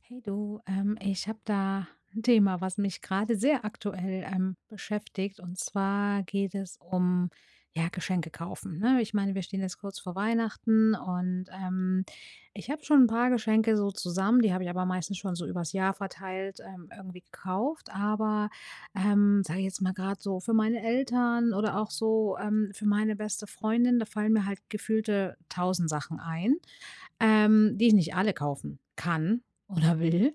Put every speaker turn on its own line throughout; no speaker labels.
Hey du, ich habe da ein Thema, was mich gerade sehr aktuell, beschäftigt. Und zwar geht es um, ja, Geschenke kaufen, ne? Ich meine, wir stehen jetzt kurz vor Weihnachten und, ich habe schon ein paar Geschenke so zusammen, die habe ich aber meistens schon so übers Jahr verteilt, irgendwie gekauft. Aber, sage ich jetzt mal gerade so für meine Eltern oder auch so, für meine beste Freundin, da fallen mir halt gefühlte tausend Sachen ein, die ich nicht alle kaufen kann oder will.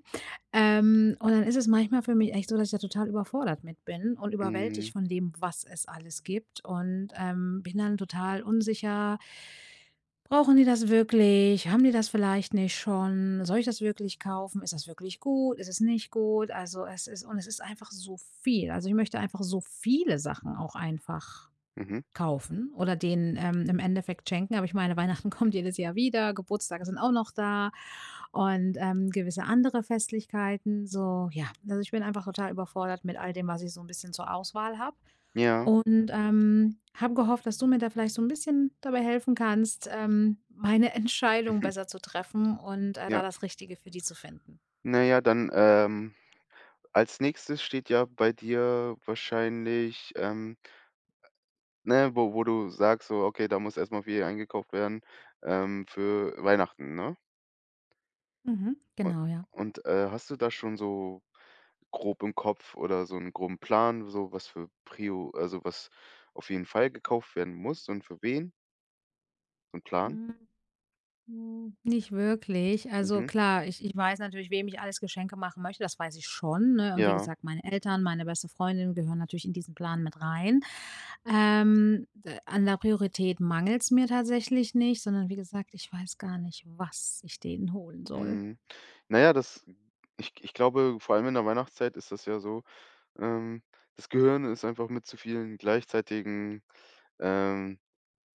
Und dann ist es manchmal für mich echt so, dass ich da total überfordert mit bin und überwältigt
Mhm,
von dem, was es alles gibt. Und bin dann total unsicher. Brauchen die das wirklich? Haben die das vielleicht nicht schon? Soll ich das wirklich kaufen? Ist das wirklich gut? Ist es nicht gut? Also es ist, und es ist einfach so viel. Also ich möchte einfach so viele Sachen auch einfach
mhm.
kaufen oder denen, im Endeffekt schenken. Aber ich meine, Weihnachten kommt jedes Jahr wieder, Geburtstage sind auch noch da und, gewisse andere Festlichkeiten. So, ja, also ich bin einfach total überfordert mit all dem, was ich so ein bisschen zur Auswahl habe
Ja,
und, habe gehofft, dass du mir da vielleicht so ein bisschen dabei helfen kannst, meine Entscheidung besser zu treffen und, da
ja.
das Richtige für die zu finden.
Na ja, dann, als Nächstes steht ja bei dir wahrscheinlich, ne, wo du sagst so: „Okay, da muss erstmal viel eingekauft werden, für Weihnachten“, ne?
Mhm. Genau,
Und, hast du da schon so grob im Kopf oder so einen groben Plan, so was für Prio, also was auf jeden Fall gekauft werden muss und für wen? So ein
ja.
Plan?
Hm, nicht wirklich. Also
Mhm.
klar, ich weiß natürlich, wem ich alles Geschenke machen möchte, das weiß ich schon, ne? Und wie
Ja,
gesagt, meine Eltern, meine beste Freundin gehören natürlich in diesen Plan mit rein. D an der Priorität mangelt es mir tatsächlich nicht, sondern wie gesagt, ich weiß gar nicht, was ich denen holen soll.
mhm. Na ja, das ich glaube, vor allem in der Weihnachtszeit ist das ja so. Ähm, Das Gehirn ist einfach mit zu vielen gleichzeitigen, ähm,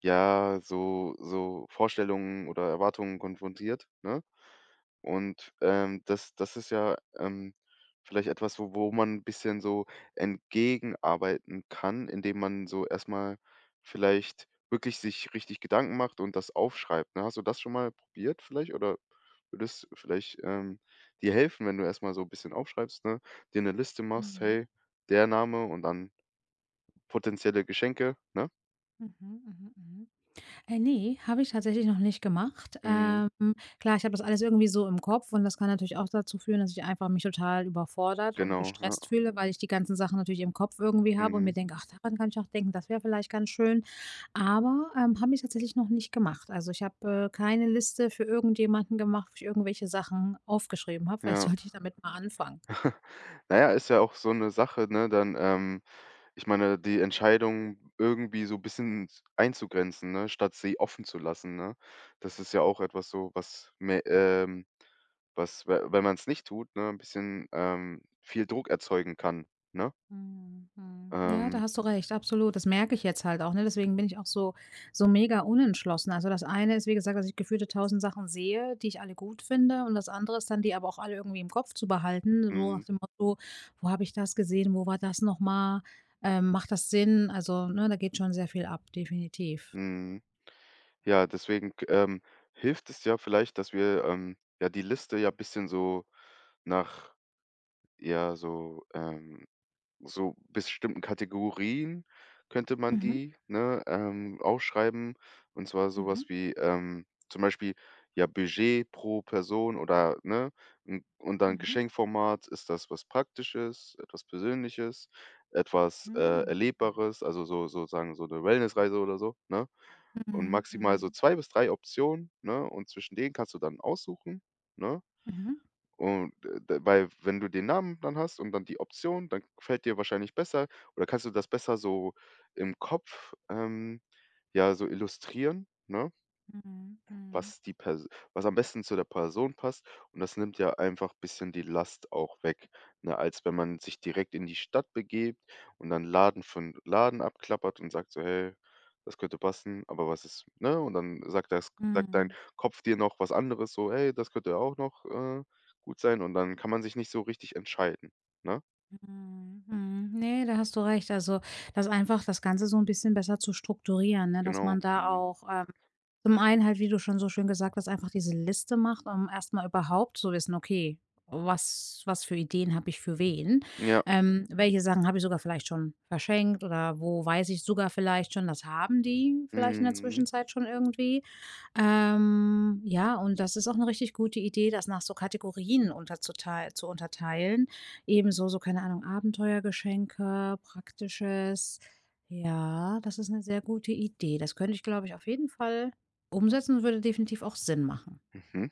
ja, so Vorstellungen oder Erwartungen konfrontiert, ne? Und, das ist ja, vielleicht etwas, wo man 'n bisschen so entgegenarbeiten kann, indem man so erstmal vielleicht wirklich sich richtig Gedanken macht und das aufschreibt, ne? Hast du das schon mal probiert vielleicht oder würde es vielleicht, dir helfen, wenn du erstmal so 'n bisschen aufschreibst, ne? Dir eine Liste machst:
Mhm.
„Hey, der Name“ und dann potenzielle Geschenke, ne?
Mhm, mhm, mhm. Ne, habe ich tatsächlich noch nicht gemacht.
Mhm,
Klar, ich habe das alles irgendwie so im Kopf und das kann natürlich auch dazu führen, dass ich einfach mich total überfordert und
genau, ja.
gestresst fühle, weil ich die ganzen Sachen natürlich im Kopf irgendwie habe und mir
Mhm,
denke: „Ach, daran kann ich auch denken, das wäre vielleicht ganz schön.“ Aber, habe ich tatsächlich noch nicht gemacht. Also, ich habe, keine Liste für irgendjemanden gemacht, wo ich irgendwelche Sachen aufgeschrieben habe. Vielleicht
ja.
sollte ich damit mal anfangen.
Naja, ist ja auch so eine Sache, ne? Dann, ich meine, die Entscheidung irgendwie so ein bisschen s einzugrenzen, ne, statt sie offen zu lassen, ne? Das ist ja auch etwas so, was me was, we wenn man es nicht tut, ne, 'n bisschen, viel Druck erzeugen kann, ne?
Mhm, mhm. Ja, da
Ähm,
hast du recht, absolut. Das merke ich jetzt halt auch, ne? Deswegen bin ich auch so mega unentschlossen. Also, das eine ist, wie gesagt, dass ich gefühlte tausend Sachen sehe, die ich alle gut finde und das andere ist dann, die aber auch alle irgendwie im Kopf zu behalten, so
mhm,
nach dem Motto: „Wo habe ich das gesehen? Wo war das noch mal? Macht das Sinn?“ Also, ne, da geht schon sehr viel ab, definitiv.
mhm. Ja, deswegen k hilft es ja vielleicht, dass wir, ja, die Liste ja ein bisschen so nach, ja, so, so bestimmten Kategorien könnte man
Mhm,
die, ne, aufschreiben. Und zwar
mhm,
sowas wie, zum Beispiel, ja, Budget pro Person oder, ne, n und dann
mhm,
Geschenkformat. Ist das was Praktisches, etwas Persönliches, etwas,
mhm,
Erlebbares, also so sozusagen so eine Wellnessreise oder so, ne? Und
mhm,
maximal so
mhm,
2 bis 3 Optionen, ne? Und zwischen denen kannst du dann aussuchen, ne?
mhm,
Und, d weil wenn du den Namen dann hast und dann die Option, dann fällt dir wahrscheinlich besser oder kannst du das besser so im Kopf, ja, so illustrieren, ne?
mhm, mhm,
Was die Pers was am besten zu der Person passt und das nimmt ja einfach bisschen die Last auch weg, ne, als wenn man sich direkt in die Stadt begebt und dann Laden von Laden abklappert und sagt so: „Hey, das könnte passen, aber was ist“, ne? Und dann sagt das, sagt dein
mhm.
Kopf dir noch was anderes so: „Hey, das könnte auch noch, gut sein“, und dann kann man sich nicht so richtig entscheiden, ne?
Mhm, mhm. Ne, da hast du recht. Also, das einfach das Ganze so ein bisschen besser zu strukturieren, ne, dass man
Genau,
da
mhm.
auch, zum einen halt, wie du schon so schön gesagt hast, einfach diese Liste macht, um erstmal überhaupt zu wissen: „Okay, was für Ideen habe ich für wen?
Ja,
Welche Sachen habe ich sogar vielleicht schon verschenkt oder wo weiß ich sogar vielleicht schon, das haben die vielleicht in der
mhm,
Zwischenzeit schon irgendwie?“ Ja, und das ist auch eine richtig gute Idee, das nach so Kategorien unterzuteil zu unterteilen, ebenso so, keine Ahnung, Abenteuergeschenke, Praktisches. Ja, das ist eine sehr gute Idee. Das könnte ich, glaube ich, auf jeden Fall umsetzen und würde definitiv auch Sinn machen.
mhm.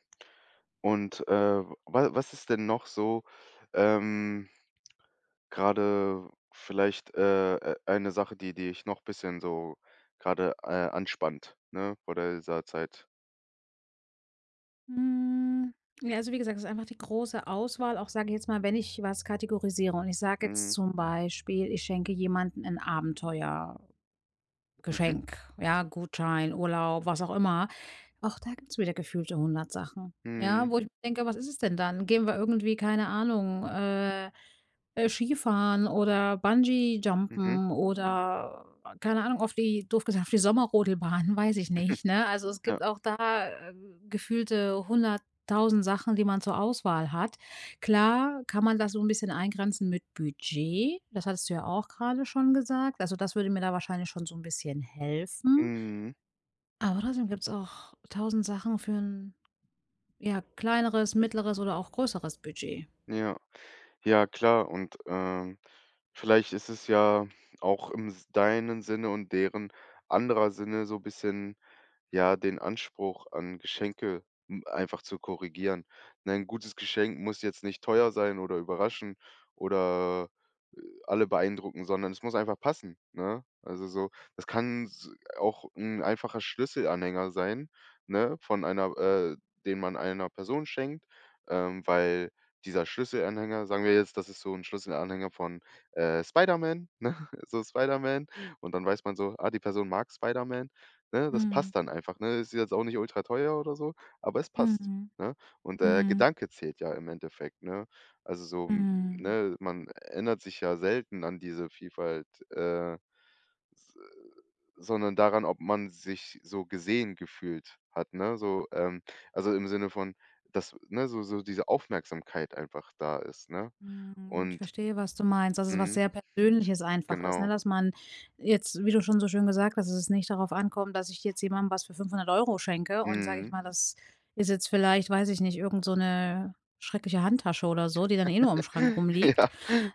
Und, wa was ist denn noch so, ähm, grade vielleicht, eine Sache, die dich noch bisschen so gerade anspannt, ne, vor dieser Zeit?
Hm, ja, also, wie gesagt, es ist einfach die große Auswahl. Auch, sage ich jetzt mal, wenn ich was kategorisiere und ich sage jetzt
Mhm.
zum Beispiel, ich schenke jemandem ein Abenteuergeschenk,
Mhm.
ja, Gutschein, Urlaub, was auch immer. Auch da gibt's wieder gefühlte hundert Sachen. Ja,
Mhm.
wo ich mir denke: „Was ist es denn dann? Gehen wir irgendwie, keine Ahnung, Skifahren oder
Mhm.
Bungee-Jumpen oder, keine Ahnung, auf die doof gesagt, auf die Sommerrodelbahn, weiß ich nicht“, ne? Also, es
Ja.
gibt auch da, äh, gefühlte hunderttausend Sachen, die man zur Auswahl hat. Klar kann man das so ein bisschen eingrenzen mit Budget. Das hattest du ja auch gerade schon gesagt. Also, das würde mir da wahrscheinlich schon so ein bisschen helfen.
Mhm.
Aber trotzdem gibt's auch tausend Sachen für 'n, ja, kleineres, mittleres oder auch größeres Budget.
Ja. Ja, klar, und, vielleicht ist es ja auch im s deinen Sinne und deren anderer Sinne so ein bisschen. Ja, den Anspruch an Geschenke, hm, einfach zu korrigieren. Ne, 'n gutes Geschenk muss jetzt nicht teuer sein oder überraschen oder alle beeindrucken, sondern es muss einfach passen, ne? Also, so das kann s auch ein einfacher Schlüsselanhänger sein, ne, von einer den man einer Person schenkt, weil dieser Schlüsselanhänger, sagen wir jetzt, das ist so ein Schlüsselanhänger von, Spider-Man, ne? So Spider-Man, und dann weiß man so, ah, die Person mag Spider-Man, ne? Das
Mhm.
passt dann einfach, ne? Ist jetzt auch nicht ultra teuer oder so, aber es passt,
Mhm.
ne? Und der
Mhm.
Gedanke zählt ja im Endeffekt, ne? Also, so,
Mhm.
ne, man erinnert sich ja selten an diese Vielfalt, s sondern daran, ob man sich so gesehen gefühlt hat, ne? So, also im Sinne von, dass, ne, so so diese Aufmerksamkeit einfach da ist, ne?
Mhm. Ich
Und
verstehe, was du meinst, dass es was
mhm,
sehr Persönliches einfach ist, ne?
genau.
Dass man jetzt, wie du schon so schön gesagt hast, dass es nicht darauf ankommt, dass ich jetzt jemandem was für 500 € schenke und, sage ich
Mhm.
mal, das ist jetzt vielleicht, weiß ich nicht, irgend so eine schreckliche Handtasche oder so, die dann eh nur im Schrank rumliegt.
Ja,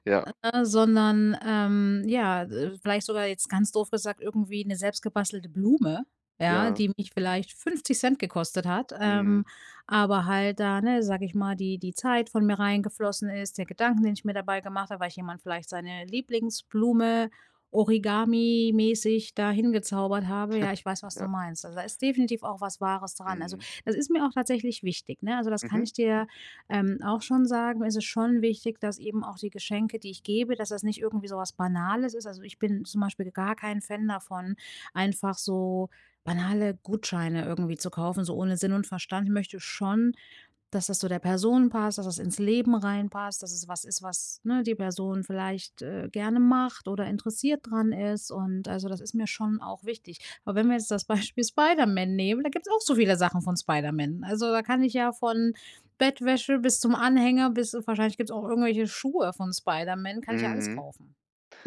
ja,
Sondern, ja, vielleicht sogar jetzt ganz doof gesagt irgendwie eine selbstgebastelte Blume, ja,
ja.
die mich vielleicht 50 Cent gekostet hat,
Mhm,
aber halt da, ne, sag ich mal, die die Zeit von mir reingeflossen ist, der Gedanken, den ich mir dabei gemacht habe, weil ich jemand vielleicht seine Lieblingsblume Origami mäßig da hingezaubert habe. Ja, ich weiß, was du
ja.
meinst. Also, da ist definitiv auch was Wahres dran. Also,
Mhm.
das ist mir auch tatsächlich wichtig, ne? Also, das kann
Mhm.
ich dir auch schon sagen, ist es schon wichtig, dass eben auch die Geschenke, die ich gebe, dass das nicht irgendwie so was Banales ist. Also ich bin zum Beispiel gar kein Fan davon, einfach so banale Gutscheine irgendwie zu kaufen, so ohne Sinn und Verstand. Ich möchte schon, dass das zu der Person passt, dass das ins Leben reinpasst, dass es was ist, was, ne, die Person vielleicht, gerne macht oder interessiert dran ist und also, das ist mir schon auch wichtig. Aber wenn wir jetzt das Beispiel Spider-Man nehmen, da gibt es auch so viele Sachen von Spider-Man. Also, da kann ich ja von Bettwäsche bis zum Anhänger bis wahrscheinlich gibt es auch irgendwelche Schuhe von Spider-Man, kann ich ja alles
Mhm.
kaufen.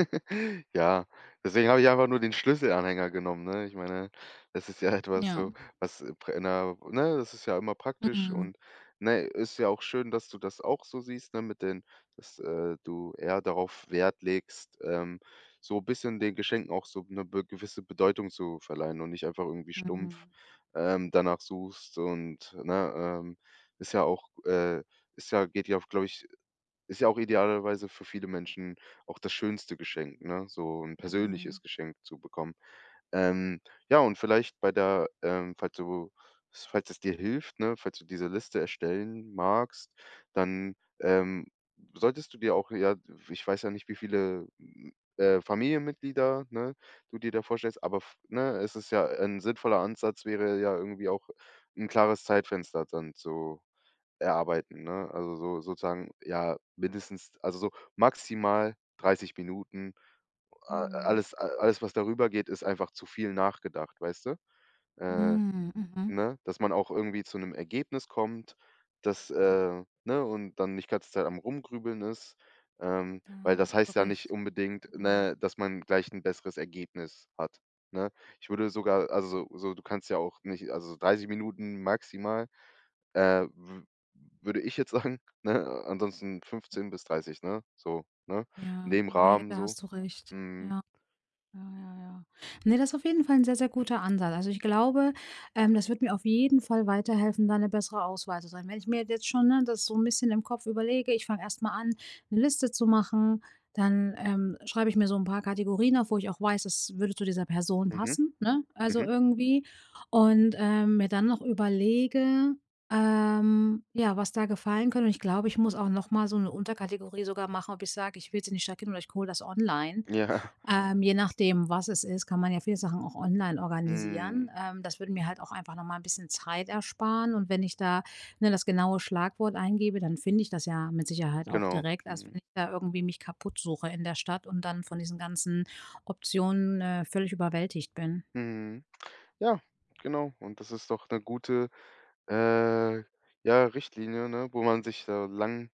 Ja, deswegen habe ich einfach nur den Schlüsselanhänger genommen, ne? Ich meine, das ist ja etwas
Ja.
so, was, prä in 'ner, ne, das ist ja immer praktisch
Mhm.
und, ne, ist ja auch schön, dass du das auch so siehst, ne, mit den, dass, du eher darauf Wert legst, so ein bisschen den Geschenken auch so eine be gewisse Bedeutung zu verleihen und nicht einfach irgendwie stumpf,
Mhm.
danach suchst und, ne, ist ja auch, ist ja, geht ja, glaube ich, ist ja auch idealerweise für viele Menschen auch das schönste Geschenk, ne, so ein
Mhm.
persönliches Geschenk zu bekommen. Ähm, ja, und vielleicht bei der falls du, falls es dir hilft, ne, falls du diese Liste erstellen magst, dann, ähm, solltest du dir auch, ja, ich weiß ja nicht, wie viele, hm, Familienmitglieder, ne, du dir da vorstellst, aber f ne, es ist ja ein sinnvoller Ansatz, wäre ja irgendwie auch ein klares Zeitfenster dann zu erarbeiten, ne? Also, so sozusagen, ja, mindestens, also, so maximal 30 Minuten. A
Mhm.
Alles, a alles, was darüber geht, ist einfach zu viel nachgedacht, weißt du? Äh,
Mhm. Mhm.
ne? Dass man auch irgendwie zu einem Ergebnis kommt, das, ne, und dann nicht ganze Zeit am Rumgrübeln ist, weil
Ja, da
das
hast du
heißt ja nicht
recht.
unbedingt,
Mhm.
ne, dass man gleich ein besseres Ergebnis hat, ne? Ich würde sogar, also, so so, du kannst ja auch nicht, also, 30 Minuten maximal, w würde ich jetzt sagen, ne? Ansonsten 15 bis 30, ne? So, ne? In
Ja,
dem
ne,
Rahmen
da
so.
hast du recht.
Mhm.
Ja. Ja, ja, ja. Ne, das ist auf jeden Fall ein sehr, sehr guter Ansatz. Also, ich glaube, das wird mir auf jeden Fall weiterhelfen, da eine bessere Auswahl zu sein. Wenn ich mir jetzt schon, ne, das so ein bisschen im Kopf überlege, ich fange erst mal an, eine Liste zu machen, dann, schreibe ich mir so ein paar Kategorien auf, wo ich auch weiß, das würde zu dieser Person
Mhm.
passen, ne? Also,
Mhm.
irgendwie und, mir dann noch überlege, ja, was da gefallen könnte und ich glaube, ich muss auch noch mal so eine Unterkategorie sogar machen, ob ich sage: „Ich will sie nicht Stadt gehen oder ich hole das online.“
Ja.
Je nachdem, was es ist, kann man ja viele Sachen auch online
Mhm.
organisieren. Das würde mir halt auch einfach noch mal 'n bisschen Zeit ersparen und wenn ich da, ne, das genaue Schlagwort eingebe, dann finde ich das ja mit Sicherheit auch
Genau.
direkt, als
Mhm.
wenn ich da irgendwie mich kaputt suche in der Stadt und dann von diesen ganzen Optionen, völlig überwältigt bin.
Mhm. Ja, genau. Und das ist doch eine gute, äh, ja, Richtlinie, ne, wo man sich da lang,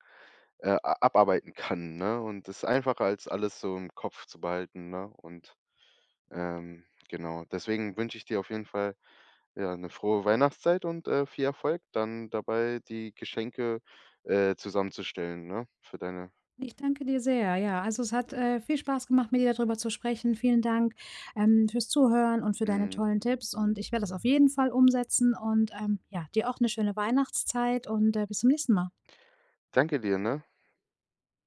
a abarbeiten kann, ne? Und das ist einfacher, als alles so im Kopf zu behalten, ne? Und, genau. Deswegen wünsche ich dir auf jeden Fall ja, eine frohe Weihnachtszeit und, viel Erfolg dann dabei, die Geschenke, zusammenzustellen, ne, für deine
Ich danke dir sehr. Ja, also es hat viel Spaß gemacht, mit dir darüber zu sprechen. Vielen Dank, fürs Zuhören und für deine
mhm.
tollen Tipps. Und ich werde das auf jeden Fall umsetzen. Und ja, dir auch eine schöne Weihnachtszeit und, bis zum nächsten Mal.
Danke dir, ne?